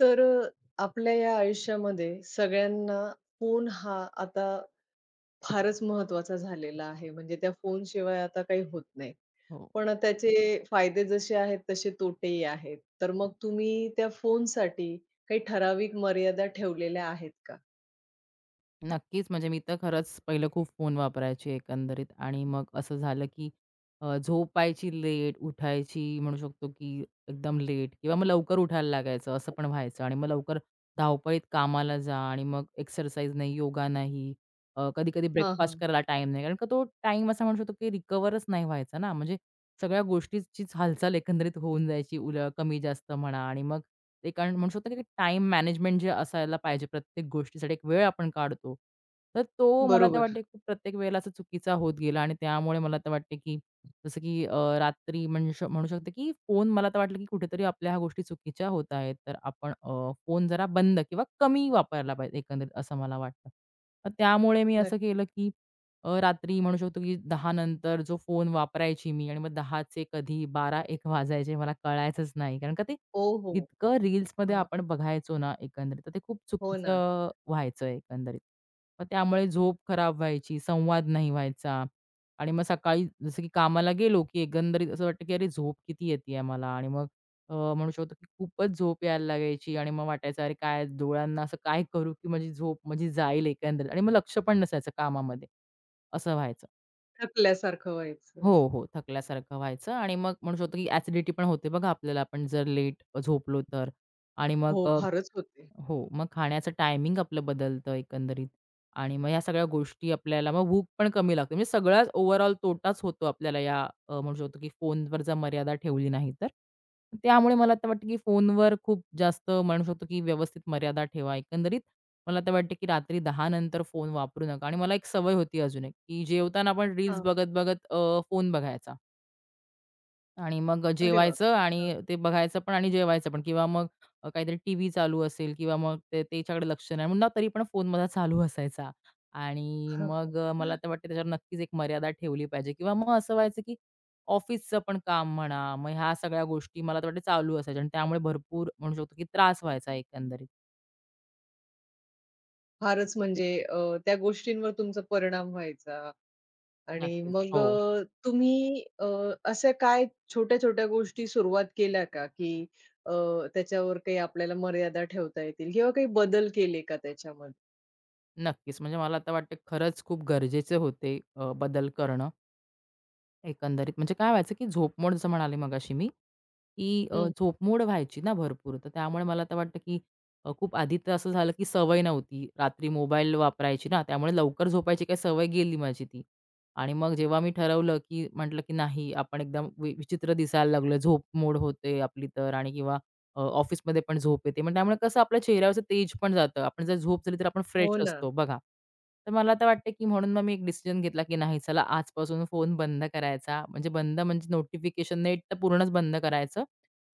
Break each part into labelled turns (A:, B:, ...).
A: तर आपल्या या आयुष्यामध्ये सगळ्यांना फोन हा आता फारच महत्वाचा झालेला आहे. म्हणजे त्या फोनशिवाय आता काही होत नाही.
B: हो.
A: पण त्याचे फायदे जसे आहेत तसे तोटेही आहेत. तर मग तुम्ही त्या फोनसाठी काही ठराविक मर्यादा ठेवलेल्या आहेत का?
B: नक्कीच, म्हणजे मी तर खरंच पहिलं खूप फोन वापरायची एकंदरीत आणि मग असं झालं की झोपायची लेट, उठायची म्हणू शकतो की एकदम लेट किंवा मग लवकर उठायला लागायचं असं पण व्हायचं आणि मग लवकर धावपळीत कामाला जा आणि मग एक्सरसाइज नाही, योगा नाही, कधी-कधी
A: हां,
B: ब्रेकफास्ट
A: हां.
B: करायला टाईम नाही. कारण का तो टाईम असा म्हणू शकतो की रिकव्हरच नाही व्हायचा ना, म्हणजे सगळ्या गोष्टीचीच हालचाल एकंदरीत होऊन जायची उल कमी-जास्त म्हणा आणि मग एक कारण म्हणू शकतो की टाईम मॅनेजमेंट जे असायला पाहिजे प्रत्येक गोष्टीसाठी एक वेळ आपण काढतो. तर तो मला तर
A: बरोबर.
B: वाटते की प्रत्येक वेळेला असा चुकीचा होत गेला आणि त्यामुळे मला तर वाटते की जसं की रात्री म्हणू शकते की फोन मला तर वाटलं की कुठेतरी आपल्या ह्या गोष्टी चुकीच्या होत आहेत. तर आपण फोन जरा बंद किंवा कमी वापरायला पाहिजे एकंदरीत असं मला वाटतं. तर त्यामुळे मी असं
A: नक्की.
B: केलं की रात्री म्हणू शकतो की 10 नंतर जो फोन वापरायची मी आणि मग 10चे कधी 12-1 वाजायचे मला कळायचंच नाही. कारण का ते
A: हो, हो.
B: इतकं रील्समध्ये
A: हां.
B: आपण बघायचो ना एकंदरीत, तर ते खूप
A: हो ना.
B: चुकीचं व्हायचं एकंदरीत. मग त्यामुळे झोप खराब व्हायची, संवाद नाही व्हायचा आणि मग सकाळी जसं की कामाला गेलो, की एकंदरीत असं वाटतं की अरे झोप किती येतेय मला आणि मग म्हणू शकतो की खूपच झोप यायला लागायची आणि मग वाटायचं अरे काय डोळ्यांना असं काय करू की माझी झोप माझी जाईल एकंदरीत आणि मग लक्ष पण नसायचं कामामध्ये, असं व्हायचं.
A: थकल्यासारखं व्हायचं
B: हो,
A: असं.
B: हो. थकल्यासारखं व्हायचं आणि मग म्हणू शकतो की ॲसिडिटी पण होते बघा आपल्याला आपण जर लेट झोपलो तर आणि मग
A: हो, फारच होते.
B: हो, मग खाण्याचं टायमिंग आपलं बदलतं एकंदरीत आणि मग ह्या सगळ्या गोष्टी आपल्याला मग भूक पण कमी लागते. म्हणजे सगळाच ओव्हरऑल तोटाच होतो आपल्याला या म्हणू शकतो की फोनवर जर मर्यादा ठेवली नाही तर. त्यामुळे मला तर वाटतं की फोनवर खूप जास्त म्हणू शकतो की व्यवस्थित मर्यादा ठेवा. एकंदरीत मला तर वाटतं की रात्री 10 नंतर फोन वापरू नका आणि मला एक सवय होती अजून एक, की जेवताना आपण रील्स
A: हां.
B: बघत-बघत फोन बघायचा. आणि मग
A: अरे
B: जेवायचं
A: बापरे!
B: आणि ते बघायचं पण आणि जेवायचं पण किंवा मग काहीतरी टीव्ही चालू असेल किंवा मग ते त्याच्याकडे लक्ष नाही म्हणून ना तरी पण फोन माझा चालू असायचा. आणि
A: हां.
B: मग मला तर वाटतं त्याच्यावर नक्कीच एक मर्यादा ठेवली पाहिजे किंवा मग असं व्हायचं की ऑफिसचं पण काम म्हणा, मग ह्या सगळ्या गोष्टी मला तर वाटतं चालू असायच्या आणि त्यामुळे भरपूर म्हणू शकतो की त्रास व्हायचा एकंदरीत.
A: फारच म्हणजे त्या गोष्टींवर तुमचा परिणाम व्हायचा आणि
B: नक्कीच.
A: मग
B: हो,
A: तुम्ही अशा काय छोट्या-छोट्या गोष्टी सुरुवात केल्या का, की अ, त्याच्यावर काही आपल्याला मर्यादा ठेवता येतील किंवा काही बदल केले का त्याच्यामध्ये?
B: नक्कीच. म्हणजे मला आता वाटतं खरंच खूप गरजेचे होते बदल करणं एकंदरीत. म्हणजे काय व्हायचं की झोपमोड जसं म्हणाले मगाशी मी की
A: हं.
B: झोपमोड व्हायची ना भरपूर. तर त्यामुळे मला तर वाटतं, की खूप आधी तर असं झालं, की सवय नव्हती. रात्री मोबाईल वापरायची ना, त्यामुळे लवकर झोपायची काही सवय गेली माझी ती. आणि मग जेव्हा मी ठरवलं, की म्हटलं, की नाही आपण एकदम विचित्र दिसायला लागलो, झोपमोड होते आपली तर आणि किंवा ऑफिसमध्ये पण झोप येते. मग त्यामुळे कसं आपल्या चेहऱ्यावरचं तेज पण जातं. आपण जर झोप झाली तर आपण फ्रेश
A: हो ना.
B: असतो बघा. तर मला तर वाटतं, की म्हणून मग मी एक डिसिजन घेतला, की नाही चला आजपासून फोन बंद करायचा. म्हणजे बंद म्हणजे नोटिफिकेशन नेट तर पूर्णच बंद करायचं.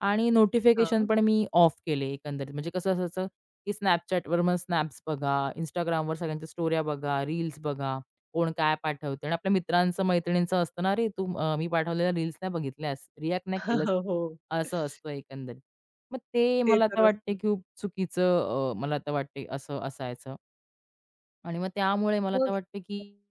B: आणि नोटिफिकेशन
A: हां.
B: पण मी ऑफ केले एकंदरीत. म्हणजे कसं असायचं, की Snapchatवर मग स्नॅप्स बघा, Instagramवर सगळ्यांच्या स्टोऱ्या बघा, रील्स बघा, कोण काय पाठवते आणि आपल्या मित्रांचं, मैत्रिणींचं असतं ना, "अरे, तू मी पाठवलेल्या रील्स नाही बघितल्यास, रिएक्ट नाही केलंस."
A: हो.
B: असं असतं एकंदरीत. मग ते
A: ते
B: मला आता
A: तर
B: वाटते
A: असतं.
B: की खूप चुकीचं मला आता वाटते असं असायचं आणि मग त्यामुळे मला आता
A: मग
B: वाटते, की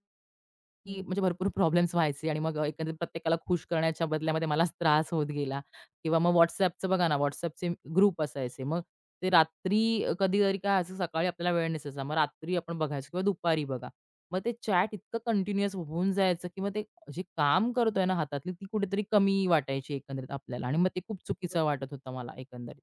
B: की म्हणजे भरपूर प्रॉब्लेम्स व्हायचे आणि मग एकंदरीत प्रत्येकाला खुश करण्याच्या बदल्यामध्ये मलाच त्रास होत गेला किंवा मग WhatsAppचं बघा ना, WhatsAppचे ग्रुप असायचे. मग ते रात्री कधीतरी काय असं सकाळी आपल्याला वेळ नसायचा. मग रात्री आपण बघायचो किंवा दुपारी बघा. मग ते चॅट इतकं कंटिन्युअस होऊन जायचं की मग ते जे काम करतोय ना हातातली, ती कुठेतरी कमी वाटायची एकंदरीत आपल्याला आणि मग ते खूप चुकीचं वाटत होतं मला एकंदरीत,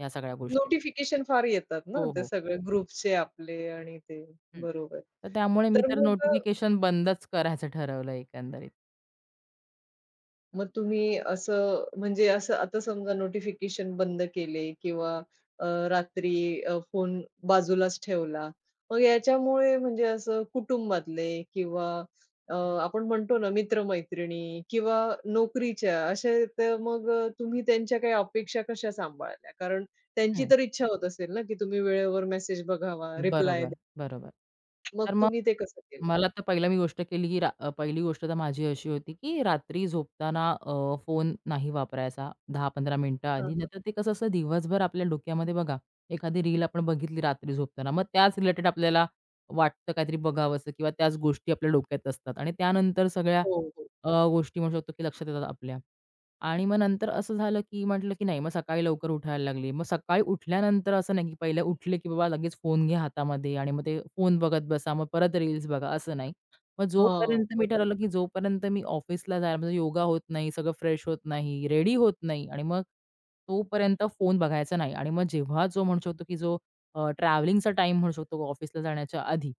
B: या सगळ्या गोष्टी.
A: नोटिफिकेशन फार येतात ना,
B: हो,
A: ते
B: हो.
A: सगळे ग्रुप्सचे आपले आणि ते.
B: हं.
A: बरोबर.
B: तर त्यामुळे मी
A: तर
B: तर
A: मग
B: नोटिफिकेशन बंदच करायचं ठरवलं एकंदरीत.
A: मग तुम्ही असं म्हणजे असं आता समजा नोटिफिकेशन बंद केले किंवा रात्री फोन बाजूलाच ठेवला. मग याच्यामुळे म्हणजे असं कुटुंबातले किंवा अ, आपण म्हणतो ना मित्र किंवा नोकरीच्या अशा तर मग तुम्ही त्यांच्या काही अपेक्षा कशा सांभाळल्या? कारण त्यांची तर इच्छा होत असेल ना, की तुम्ही वेळेवर मेसेज बघावा, रिप्लाय
B: बरोबर,
A: द्या.
B: बरोबर.
A: मग
B: तर मग
A: तुम्ही ते कसं केलं?
B: मला तर पहिला मी गोष्ट केली, की पहिली गोष्ट तर माझी अशी होती, की रात्री झोपताना फोन नाही वापरायचा 10-15 मिनिटं
A: हां,
B: आधी.
A: हां.
B: नाहीतर ते कसं असतं दिवसभर आपल्या डोक्यामध्ये बघा, एखादी रील आपण बघितली रात्री झोपताना, मग त्याच रिलेटेड आपल्याला वाटतं काहीतरी बघावंसं किंवा त्याच गोष्टी आपल्या डोक्यात असतात आणि त्यानंतर सगळ्या
A: हो, हो.
B: गोष्टी म्हणू शकतो, की लक्षात येतात आपल्या. आणि मग नंतर असं झालं, की म्हटलं, की नाही मग सकाळी लवकर उठायला लागले. मग सकाळी उठल्यानंतर असं नाही, की पहिले उठले, की बाबा लगेच फोन घ्या हातामध्ये आणि मग ते फोन बघत बसा, मग परत रील्स बघा, असं नाही. मग
A: हां,
B: जोपर्यंत मी
A: बरोबर.
B: ठरवलं, की जोपर्यंत मी ऑफिसला जायला म्हणजे योगा होत नाही, सगळं फ्रेश होत नाही, रेडी होत नाही आणि मग तोपर्यंत फोन बघायचा नाही आणि मग जेव्हा जो म्हणू शकतो, की जो ट्रॅव्हलिंगचा टाईम म्हणू शकतो ऑफिसला जाण्याच्या आधी.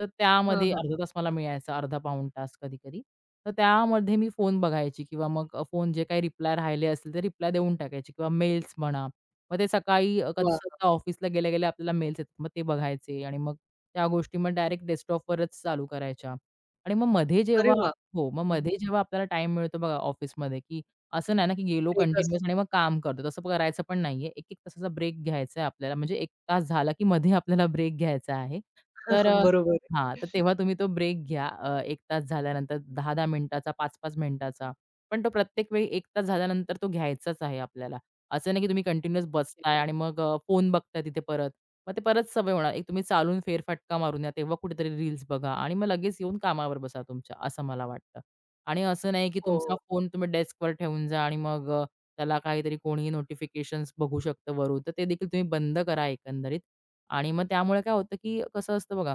B: तर
A: हां,
B: त्यामध्ये
A: हां.
B: अर्धा तास मला मिळायचा, अर्धा पाऊण तास कधी-कधी. तर त्यामध्ये मी फोन बघायची किंवा मग फोन जे काही रिप्लाय राहिले असतील ते रिप्लाय देऊन टाकायचे किंवा मेल्स म्हणा. मग ते सकाळी कसं
A: वाह!
B: ऑफिसला गेल्या-गेल्या आपल्याला मेल्स येतात. मग ते बघायचे आणि मग त्या गोष्टी मग डायरेक्ट डेस्कटॉपवरच चालू करायच्या आणि मग मध्ये
A: अरे
B: जेव्हा
A: वाह!
B: हो, मग मध्ये जेव्हा आपल्याला टाईम मिळतो बघा ऑफिसमध्ये की असं नाही ना, की गेलो
A: एकच
B: कंटिन्यूअस आणि मग काम करतो. तसं करायचं पण नाहीये. 1 एक तासाचा ब्रेक घ्यायचा आहे आपल्याला. म्हणजे 1 तास झाला, की मध्ये आपल्याला ब्रेक घ्यायचा आहे. तर अ,
A: बरोबर आहे.
B: हां, तर तेव्हा तुम्ही तो ब्रेक घ्या. 1 तास झाल्यानंतर 10-10 मिनिटाचा, 5-5 मिनिटाचा. पण तो प्रत्येक वेळी 1 तास झाल्यानंतर तो घ्यायचाच आहे आपल्याला. असं नाही, की तुम्ही कंटिन्यूअस बसताय आणि मग फोन बघताय तिथे परत. मग ते परत सवय होणार. एक तुम्ही चालून फेरफटका मारून या, तेव्हा कुठेतरी रील्स बघा आणि मग लगेच येऊन कामावर बसा तुमच्या, असं मला वाटतं. आणि असं नाही की तुमचा
A: हो,
B: फोन तुम्ही डेस्कवर ठेवून जा आणि मग त्याला काहीतरी कोणीही नोटिफिकेशन्स बघू शकतं वरून. तर ते देखील तुम्ही बंद करा एकंदरीत. आणि मग त्यामुळे काय होतं की कसं असतं बघा,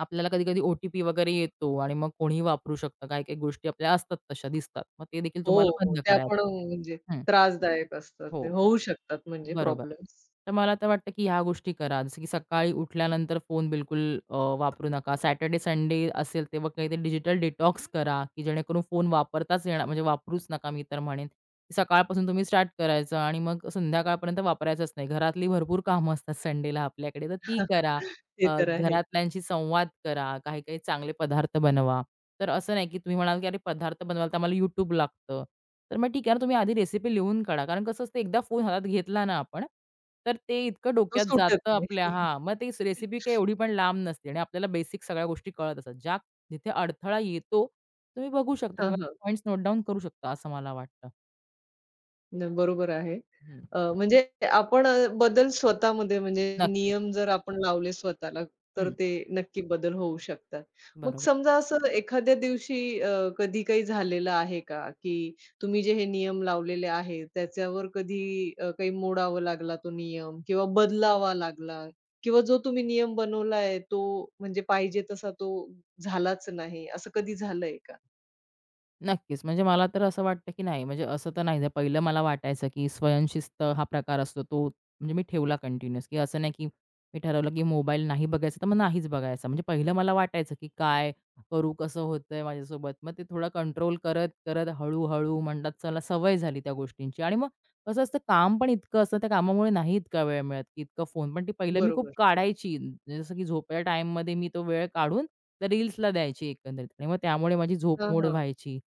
B: आपल्याला कधी-कधी ओ-टी-पी वगैरे येतो आणि मग कोणीही वापरू शकतं. काही-काही गोष्टी आपल्या असतात तशा दिसतात. मग ते देखील
A: हो,
B: तुम्हाला
A: हो.
B: बंद
A: त्या पण म्हणजे
B: करायचं हं.
A: त्रासदायक असतात. ते
B: हो.
A: होऊ शकतात म्हणजे
B: बरोबर.
A: प्रॉब्लेम्स.
B: तर मला तर वाटतं, की ह्या गोष्टी करा. जसं की सकाळी उठल्यानंतर फोन बिलकुल वापरू नका. सॅटर्डे, संडे असेल तेव्हा काहीतरी डिजिटल डिटॉक्स करा, की जेणेकरून फोन वापरताच येणार म्हणजे वापरूच नका मी तर म्हणेन. की सकाळपासून तुम्ही स्टार्ट करायचं आणि मग संध्याकाळपर्यंत वापरायचंच नाही. घरातली भरपूर कामं असतात संडेला आपल्याकडे, तर ती करा.
A: ते तर आहे.
B: घरातल्यांशी संवाद करा, काही-काही चांगले पदार्थ बनवा. तर असं नाही, की तुम्ही म्हणाल, की "अरे पदार्थ बनवायला तर आम्हाला YouTube लागतं." तर मग ठीक आहे ना, तुम्ही आधी रेसिपी लिहून काढा. कारण कसं असतं एकदा फोन हातात घेतला ना आपण, तर ते इतकं
A: तो
B: डोक्यात
A: सुटत
B: जातं आपल्या
A: नाही.
B: हां, मग ती रेसिपी काही एवढी पण लांब नसते आणि आपल्याला बेसिक सगळ्या गोष्टी कळत असतात. ज्या जिथे अडथळा येतो, तुम्ही बघू शकता
A: हां,
B: किंवा
A: हां.
B: पॉइंट्स नोट डाउन करू शकता असं मला वाटतं.
A: बरोबर आहे.
B: हं,
A: म्हणजे आपण बदल स्वतःमध्ये म्हणजे
B: नक्कीच.
A: नियम जर आपण लावले स्वतःला, तर
B: हं,
A: ते नक्की बदल होऊ शकतात. मग
B: बरोबर.
A: समजा असं एखाद्या दिवशी कधी काही झालेलं आहे का, की तुम्ही जे हे नियम लावलेले आहेत, त्याच्यावर कधी काही मोडावा लागला तो नियम किंवा बदलावा लागला किंवा जो तुम्ही नियम बनवला तो म्हणजे पाहिजे तसा तो झालाच नाही, असं कधी झालंय का?
B: नक्कीच. म्हणजे मला तर असं वाटतं, की नाही म्हणजे असं तर नाही. पहिलं मला वाटायचं, की स्वयंशिस्त हा प्रकार असतो तो म्हणजे मी ठेवला कंटिन्यूअस, की असं नाही, की मी ठरवलं, की मोबाईल नाही बघायचा तर मग नाहीच बघायचा. म्हणजे पहिलं मला वाटायचं, की काय करू, कसं होतंय माझ्यासोबत. मग ते थोडं कंट्रोल करत, करत हळू म्हणतात चला सवय झाली त्या गोष्टींची. आणि मग कसं असतं काम पण इतकं असतं, त्या कामामुळे नाही इतका वेळ मिळत, की इतकं फोन. पण ती पहिलं मी खूप
A: बरोबर.
B: काढायची. जसं की झोपेच्या टाईममध्ये मी तो वेळ काढून त्या रील्सला द्यायची एकंदरीत आणि मग त्यामुळे माझी झोप
A: हां,
B: मोड
A: हां.
B: व्हायची.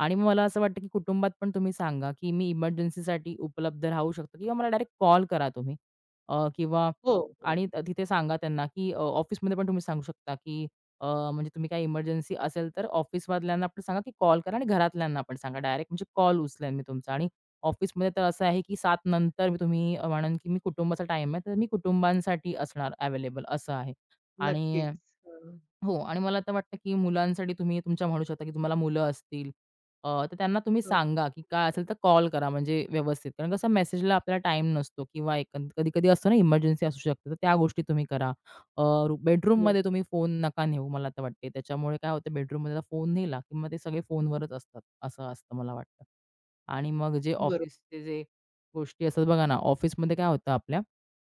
B: आणि मग मला असं वाटतं, की कुटुंबात पण तुम्ही सांगा, की मी इमर्जन्सीसाठी उपलब्ध राहू शकतो किंवा मला डायरेक्ट कॉल करा तुम्ही. अ, किंवा
A: हो, हो.
B: आणि तिथे सांगा त्यांना, की ऑफिसमध्ये पण तुम्ही सांगू शकता, की अ, म्हणजे तुम्ही काही इमर्जन्सी असेल तर ऑफिसमधल्यांना पण सांगा, की कॉल करा आणि घरातल्यांना पण सांगा. डायरेक्ट म्हणजे कॉल उचलेन मी तुमचा आणि ऑफिसमध्ये तर असं आहे, की 7 नंतर मी तुम्ही म्हणेन, की मी कुटुंबाचा टाईम आहे, तर मी कुटुंबांसाठी असणार अवेलेबल असं आहे. आणि
A: नक्कीच. हं,
B: हो आणि मला आता वाटतं, की मुलांसाठी तुम्ही तुमच्या म्हणू शकता, की तुम्हाला मुलं असतील तर त्यांना तुम्ही
A: हं.
B: सांगा, की काय असेल तर कॉल करा म्हणजे व्यवस्थित. कारण कसं मेसेजला आपल्याला टाईम नसतो किंवा एक कधी-कधी असतो ना इमर्जन्सी असू शकते, तर त्या गोष्टी तुम्ही करा. अ,
A: हो,
B: बेडरूममध्ये तुम्ही फोन नका नेऊ मला तर वाटते. त्याच्यामुळे काय होतं बेडरूममध्ये फोन नेला, की मग ते सगळे फोनवरच असतात, असं असतं मला वाटतं. आणि मग जे
A: बरोबर.
B: ऑफिसचे जे गोष्टी असतात बघा ना, ऑफिसमध्ये काय होतं आपल्या,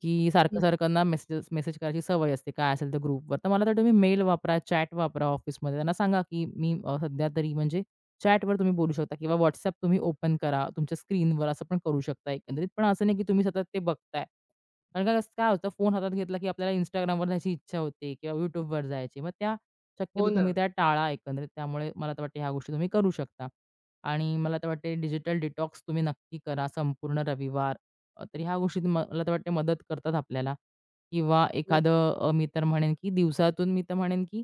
B: की
A: हं. हं.
B: सारखं-सारखं ना मेसेज मेसेज करायची सवय असते, काय असेल तर ग्रुपवर. तर मला तर तुम्ही मेल वापरा, चॅट वापरा ऑफिसमध्ये. त्यांना सांगा, की मी सध्या तरी म्हणजे चॅटवर तुम्ही बोलू शकता किंवा WhatsApp तुम्ही ओपन करा तुमच्या स्क्रीनवर, असं पण करू शकता एकंदरीत. पण असं नाही की तुम्ही सतत ते बघताय. कारण काय होतं फोन हातात घेतला, की आपल्याला Instagramवर जायची इच्छा होते किंवा YouTubeवर जायची. मग त्या शक्यतो
A: हो
B: तुम्ही
A: ना.
B: त्या टाळा एकंदरीत. त्यामुळे मला तर वाटतं ह्या गोष्टी तुम्ही करू शकता. आणि मला तर वाटते डिजिटल डिटॉक्स तुम्ही नक्की करा संपूर्ण रविवार. तर ह्या गोष्टी मला तर वाटते मदत करतात आपल्याला किंवा एखादं मी तर म्हणेन की दिवसातून मी तर म्हणेन की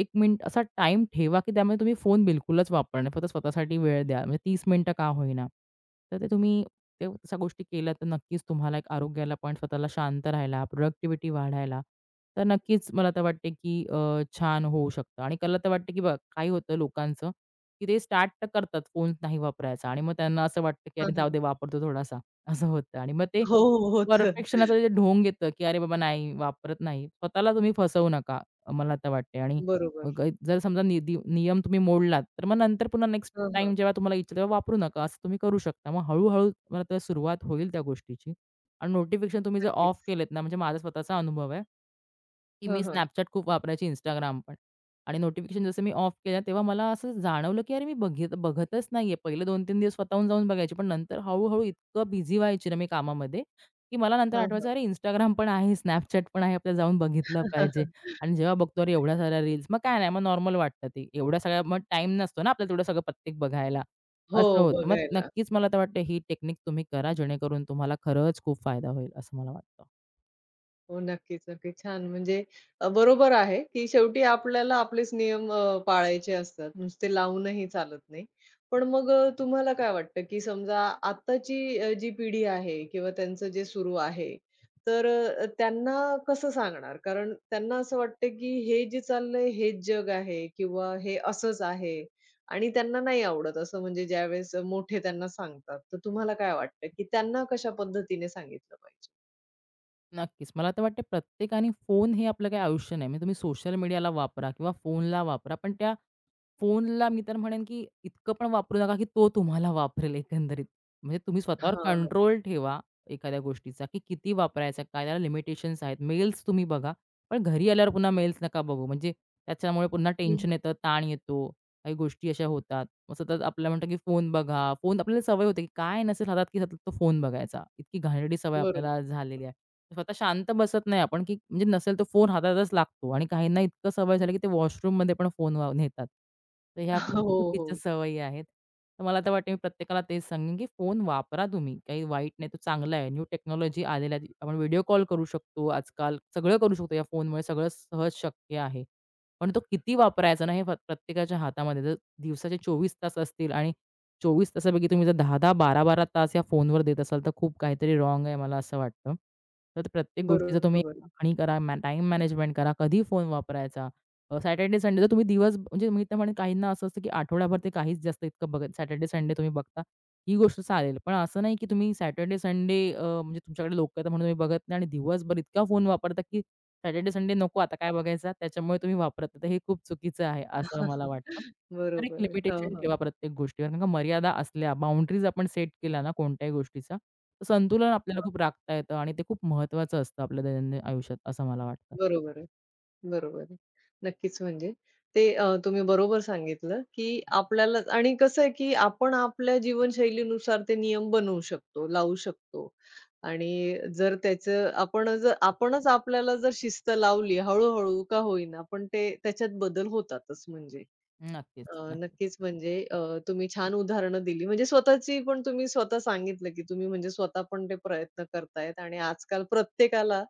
B: एक मिनिट असा टाइम ठेवा, की त्यामुळे तुम्ही फोन बिलकुलच वापरणार नाही. फक्त स्वतःसाठी वेळ द्या. म्हणजे 30 मिनिटं का होईना. तर ते तुम्ही ते तशा गोष्टी केल्या तर नक्कीच तुम्हाला एक आरोग्याला पण स्वतःला शांत राहायला, प्रोडक्टिव्हिटी वाढायला, तर नक्कीच मला तर वाटते की छान होऊ शकतं आणि मला तर वाटते की बघा, काय होतं लोकांचं की ते स्टार्ट तर करतात फोन नाही वापरायचा आणि मग त्यांना असं वाटतं, की
A: हां,
B: "अरे जाऊ दे
A: हां.
B: वापरतो थोडासा." असं होतं आणि मग ते
A: हो, हो, होतं.
B: परफेक्शनाचं जे ढोंग येतं, की "अरे बाबा नाही, वापरत नाही." स्वतःला तुम्ही फसवू नका, मला तर वाटते आणि अ,
A: बरोबर.
B: जर समजा निदी नियम तुम्ही मोडलात, तर मग नंतर पुन्हा नेक्स्ट
A: हां, हां.
B: टाईम जेव्हा तुम्हाला इच्छा तेव्हा वापरू नका, असं तुम्ही करू शकता. मग हळू मला तर सुरुवात होईल त्या गोष्टीची. आणि नोटिफिकेशन तुम्ही जर ऑफ
A: नक्कीच.
B: केलेत ना, म्हणजे माझा स्वतःचा अनुभव आहे. की मी
A: हां, हां.
B: Snapchat खूप वापरायची, Instagram पण. आणि नोटिफिकेशन जसं मी ऑफ केलं, तेव्हा मला असं जाणवलं, की अरे मी बघतच नाहीये. पहिले 2-3 दिवस स्वतःहून जाऊन बघायची, पण नंतर हळू इतकं बिझी व्हायची ना मी कामामध्ये, की मला नंतर
A: हां, हां.
B: आठवायचं, अरे Instagram पण आहे, Snapchat पण आहे, आपल्याला जाऊन बघितलं पाहिजे. आणि जेव्हा बघतो, अरे एवढ्या साऱ्या रील्स, मग काय नाही, मग नॉर्मल वाटतं ते. एवढ्या सगळ्या मग टाईम नसतो ना आपल्याला तेवढं सगळं प्रत्येक बघायला.
A: हो,
B: असं होतं. मग
A: बघायला.
B: नक्कीच मला तर वाटतं ही टेक्निक तुम्ही करा, जेणेकरून तुम्हाला खरंच खूप फायदा होईल, असं मला वाटतं.
A: हो, नक्कीच, नक्कीच. छान म्हणजे बरोबर आहे, की शेवटी आपल्याला आपलेच नियम पाळायचे असतात. नुसते लावूनही चालत नाही. पण मग तुम्हाला काय वाटतं, की समजा आताची जी पिढी आहे किंवा त्यांचं जे सुरू आहे, तर त्यांना कसं सांगणार? कारण त्यांना असं वाटतं, की हे जे चाललंय हेच जग आहे किंवा हे असंच आहे आणि त्यांना नाही आवडत असं म्हणजे ज्यावेळेस मोठे त्यांना सांगतात. तर तुम्हाला काय वाटतं, की त्यांना कशा पद्धतीने सांगितलं पाहिजे?
B: नक्कीच. मला तर वाटतं प्रत्येकाने फोन हे आपलं काही आयुष्य नाही. म्हणजे तुम्ही सोशल मीडियाला वापरा किंवा फोनला वापरा, पण त्या फोनला मी तर म्हणेन, की इतकं पण वापरू नका, की तो तुम्हाला वापरेल एकंदरीत. म्हणजे तुम्ही स्वतःवर
A: हां.
B: कंट्रोल ठेवा एखाद्या गोष्टीचा, की किती वापरायचा, काय त्याला लिमिटेशन्स आहेत. मेल्स तुम्ही बघा, पण घरी आल्यावर पुन्हा मेल्स नका बघू. म्हणजे त्याच्यामुळे पुन्हा टेन्शन येतं, ताण येतो, काही गोष्टी अशा होतात. मग सतत आपल्याला म्हणतात, की फोन बघा. फोन आपल्याला सवय होते, की काय नसेल हातात, की सतत तो फोन बघायचा. इतकी घाणेरडी सवय
A: बरोबर.
B: आपल्याला झालेली आहे. स्वतः शांत बसत नाही आपण, की म्हणजे नसेल तर फोन हातातच लागतो आणि काहींना इतकं सवय झाली, की ते वॉशरूममध्ये पण फोन नेतात. तर ह्या खूप
A: हो,
B: चुकीच्या
A: हो.
B: सवयी आहेत. तर मला तर वाटतं मी प्रत्येकाला तेच सांगेन, की फोन वापरा तुम्ही. काही वाईट नाही, तो चांगला आहे. न्यू टेक्नॉलॉजी आलेल्या आहेत. आपण व्हिडिओ कॉल करू शकतो आजकाल. सगळं करू शकतो या फोनमुळे. सगळं सहज शक्य आहे. पण तो किती वापरायचा ना, हे प्रत्येकाच्या हातामध्ये. जर दिवसाचे 24 तास असतील आणि 24 तासापैकी तुम्ही जर 10-10, 12-12 तास या फोनवर देत असाल, तर खूप काहीतरी रॉंग आहे मला असं वाटतं. तर प्रत्येक गोष्टीचा तुम्ही
A: बरोबर.
B: आखणी करा, मॅनेजमेंट करा, कधी फोन वापरायचा. सॅटर्डे, संडे तर तुम्ही दिवस म्हणजे मी तर म्हणेन काहींना असं असतं, की आठवड्याभर ते काहीच जास्त इतकं बघत सॅटर्डे, संडे तुम्ही बघता, ही गोष्ट चालेल. पण असं नाही, की तुम्ही सॅटर्डे, संडे म्हणजे तुमच्याकडे लोक आहेत म्हणून तुम्ही बघत नाही आणि दिवसभर इतका फोन वापरता, की सॅटर्डे, संडे नको आता काय बघायचा, त्याच्यामुळे तुम्ही वापरत नाही. तर हे खूप चुकीचं आहे, असं मला वाटतं. तर एक
A: बरोबर आहे. हां,
B: लिमिटेशन
A: हां.
B: ठेवा प्रत्येक गोष्टीवर. कारण का मर्यादा असल्या, बाउंडरीज आपण सेट केल्या ना कोणत्याही गोष्टीचा, तर संतुलन आपल्याला
A: हां.
B: खूप राखता येतं आणि ते खूप महत्त्वाचं असतं आपल्या दैनंदिन आयुष्यात, असं मला वाटतं.
A: बरोबर आहे. बरोबर आहे. नक्कीच म्हणजे ते तुम्ही बरोबर सांगितलं, की आपल्याला आणि कसं आहे, की आपण आपल्या जीवनशैलीनुसार ते नियम बनवू शकतो, लावू शकतो. आणि जर त्याचं आपण जर आपणच आपल्याला जर शिस्त लावली हळू-हळू का होईना, पण ते त्याच्यात बदल होतातच म्हणजे.
B: नक्कीच, नक्कीच.
A: नक्कीच म्हणजे तुम्ही छान उदाहरणं दिली. म्हणजे स्वतःची पण तुम्ही स्वतः सांगितलं, की तुम्ही म्हणजे स्वतः पण ते प्रयत्न करतायत आणि आजकाल प्रत्येकाला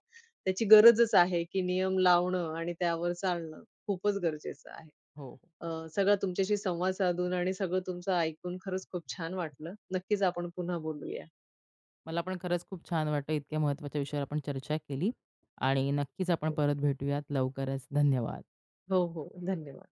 A: त्याची गरजच आहे, की नियम लावणं आणि त्यावर चालणं खूपच गरजेचं आहे.
B: हो, हो.
A: अ, सगळा तुमच्याशी संवाद साधून आणि सगळं तुमचं ऐकून खरंच खूप छान वाटलं. नक्कीच आपण पुन्हा बोलूया.
B: मला पण खरंच खूप छान वाटलं. इतक्या महत्त्वाच्या विषयावर आपण चर्चा केली आणि नक्कीच आपण परत भेटूयात लवकरच. धन्यवाद.
A: हो, हो. धन्यवाद.